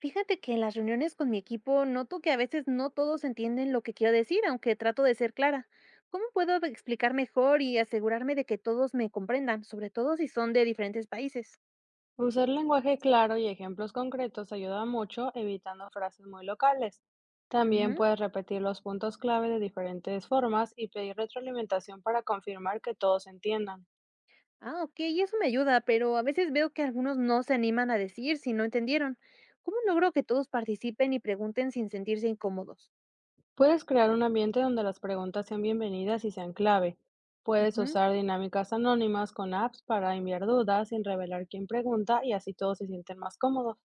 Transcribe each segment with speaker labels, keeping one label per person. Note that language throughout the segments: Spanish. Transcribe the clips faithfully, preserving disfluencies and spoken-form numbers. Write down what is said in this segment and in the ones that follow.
Speaker 1: Fíjate que en las reuniones con mi equipo noto que a veces no todos entienden lo que quiero decir, aunque trato de ser clara. ¿Cómo puedo explicar mejor y asegurarme de que todos me comprendan, sobre todo si son de diferentes países?
Speaker 2: Usar lenguaje claro y ejemplos concretos ayuda mucho, evitando frases muy locales. También
Speaker 1: Ujú.
Speaker 2: puedes repetir los puntos clave de diferentes formas y pedir retroalimentación para confirmar que todos entiendan.
Speaker 1: Ah, ok, y eso me ayuda, pero a veces veo que algunos no se animan a decir si no entendieron. ¿Cómo logro que todos participen y pregunten sin sentirse incómodos?
Speaker 2: Puedes crear un ambiente donde las preguntas sean bienvenidas y sean clave. Puedes
Speaker 1: Ujú.
Speaker 2: usar dinámicas anónimas con apps para enviar dudas sin revelar quién pregunta y así todos se sienten más cómodos.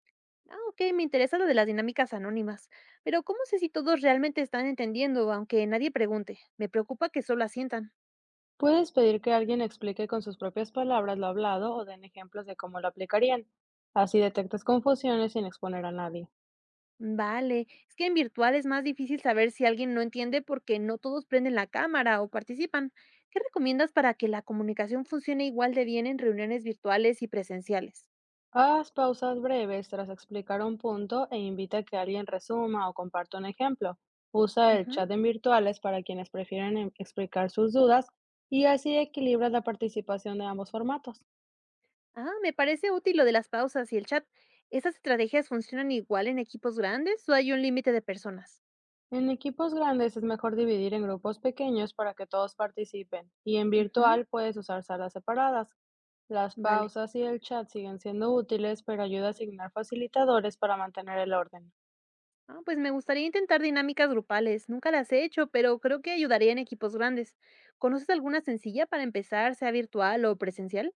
Speaker 1: Ah, ok, me interesa lo de las dinámicas anónimas, pero ¿cómo sé si todos realmente están entendiendo, aunque nadie pregunte? Me preocupa que solo asientan.
Speaker 2: Puedes pedir que alguien explique con sus propias palabras lo hablado o den ejemplos de cómo lo aplicarían. Así detectas confusiones sin exponer a nadie.
Speaker 1: Vale, es que en virtual es más difícil saber si alguien no entiende porque no todos prenden la cámara o participan. ¿Qué recomiendas para que la comunicación funcione igual de bien en reuniones virtuales y presenciales?
Speaker 2: Haz pausas breves tras explicar un punto e invita a que alguien resuma o comparta un ejemplo. Usa el
Speaker 1: Ujú.
Speaker 2: chat en virtuales para quienes prefieren em- explicar sus dudas y así equilibras la participación de ambos formatos.
Speaker 1: Ah, me parece útil lo de las pausas y el chat. ¿Esas estrategias funcionan igual en equipos grandes o hay un límite de personas?
Speaker 2: En equipos grandes es mejor dividir en grupos pequeños para que todos participen, y en
Speaker 1: Ujú.
Speaker 2: virtual puedes usar salas separadas. Las
Speaker 1: Vale.
Speaker 2: pausas y el chat siguen siendo útiles, pero ayuda a asignar facilitadores para mantener el orden.
Speaker 1: Ah, pues me gustaría intentar dinámicas grupales. Nunca las he hecho, pero creo que ayudaría en equipos grandes. ¿Conoces alguna sencilla para empezar, sea virtual o presencial?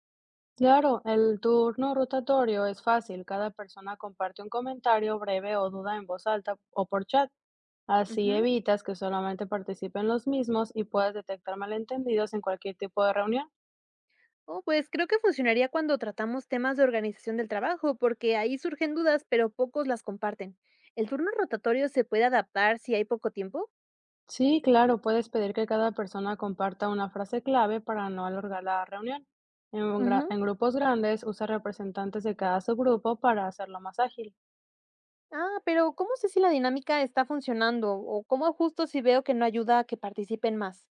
Speaker 2: Claro, el turno rotatorio es fácil, cada persona comparte un comentario breve o duda en voz alta o por chat. Así
Speaker 1: Ujú.
Speaker 2: evitas que solamente participen los mismos y puedes detectar malentendidos en cualquier tipo de reunión.
Speaker 1: Oh, pues creo que funcionaría cuando tratamos temas de organización del trabajo, porque ahí surgen dudas, pero pocos las comparten. ¿El turno rotatorio se puede adaptar si hay poco tiempo?
Speaker 2: Sí, claro, puedes pedir que cada persona comparta una frase clave para no alargar la reunión. En, un gra-
Speaker 1: Ujú.
Speaker 2: en grupos grandes, usa representantes de cada subgrupo para hacerlo más ágil.
Speaker 1: Ah, pero ¿cómo sé si la dinámica está funcionando? ¿O cómo ajusto si veo que no ayuda a que participen más?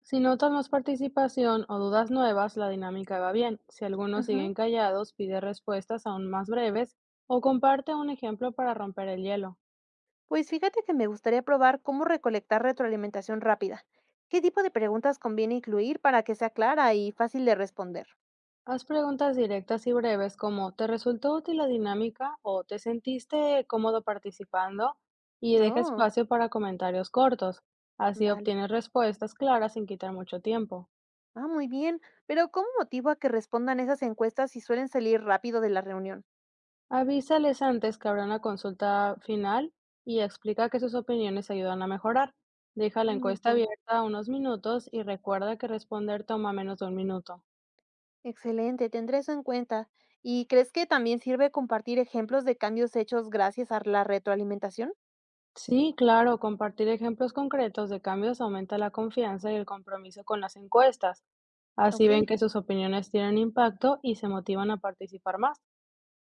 Speaker 2: Si notas más participación o dudas nuevas, la dinámica va bien. Si algunos
Speaker 1: Ujú.
Speaker 2: siguen callados, pide respuestas aún más breves o comparte un ejemplo para romper el hielo.
Speaker 1: Pues fíjate que me gustaría probar cómo recolectar retroalimentación rápida. ¿Qué tipo de preguntas conviene incluir para que sea clara y fácil de responder?
Speaker 2: Haz preguntas directas y breves como ¿te resultó útil la dinámica o te sentiste cómodo participando? Y deja
Speaker 1: Oh,
Speaker 2: espacio para comentarios cortos. Así
Speaker 1: vale.
Speaker 2: obtienes respuestas claras sin quitar mucho tiempo.
Speaker 1: Ah, muy bien. Pero ¿cómo motivo a que respondan esas encuestas si suelen salir rápido de la reunión?
Speaker 2: Avísales antes que habrá una consulta final y explica que sus opiniones ayudan a mejorar. Deja la
Speaker 1: Muy
Speaker 2: encuesta
Speaker 1: bien.
Speaker 2: abierta unos minutos y recuerda que responder toma menos de un minuto.
Speaker 1: Excelente, tendré eso en cuenta. ¿Y crees que también sirve compartir ejemplos de cambios hechos gracias a la retroalimentación?
Speaker 2: Sí, claro, compartir ejemplos concretos de cambios aumenta la confianza y el compromiso con las encuestas. Así
Speaker 1: Ok,
Speaker 2: ven que sus opiniones tienen impacto y se motivan a participar más.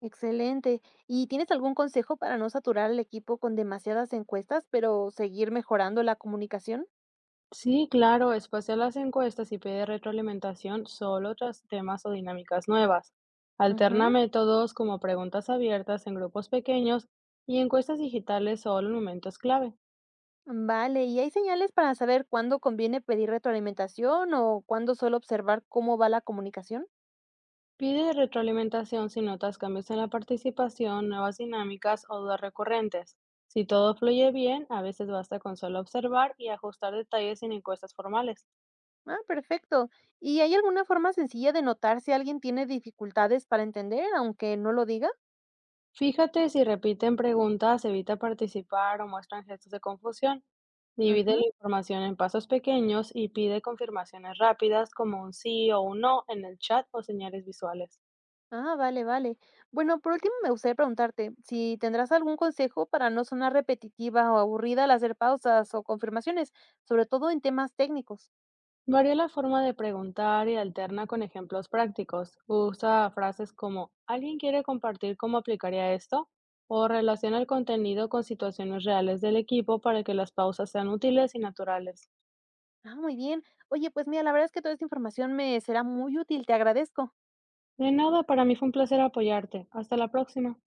Speaker 1: excelente. ¿Y tienes algún consejo para no saturar al equipo con demasiadas encuestas, pero seguir mejorando la comunicación?
Speaker 2: Sí, claro, espacia las encuestas y pide retroalimentación solo tras temas o dinámicas nuevas. Alterna
Speaker 1: Ujú.
Speaker 2: métodos como preguntas abiertas en grupos pequeños y encuestas digitales solo en momentos clave.
Speaker 1: Vale, ¿y hay señales para saber cuándo conviene pedir retroalimentación o cuándo solo observar cómo va la comunicación?
Speaker 2: Pide retroalimentación si notas cambios en la participación, nuevas dinámicas o dudas recurrentes. Si todo fluye bien, a veces basta con solo observar y ajustar detalles sin encuestas formales.
Speaker 1: Ah, perfecto. ¿Y hay alguna forma sencilla de notar si alguien tiene dificultades para entender, aunque no lo diga?
Speaker 2: Fíjate si repiten preguntas, evita participar o muestran gestos de confusión. Divide
Speaker 1: Ujú.
Speaker 2: la información en pasos pequeños y pide confirmaciones rápidas como un sí o un no en el chat o señales visuales.
Speaker 1: Ah, vale, vale. Bueno, por último me gustaría preguntarte si tendrás algún consejo para no sonar repetitiva o aburrida al hacer pausas o confirmaciones, sobre todo en temas técnicos.
Speaker 2: Varía la forma de preguntar y alterna con ejemplos prácticos. Usa frases como ¿alguien quiere compartir cómo aplicaría esto? O relaciona el contenido con situaciones reales del equipo para que las pausas sean útiles y naturales.
Speaker 1: Ah, muy bien. Oye, pues mira, la verdad es que toda esta información me será muy útil, te agradezco.
Speaker 2: De nada, para mí fue un placer apoyarte. Hasta la próxima.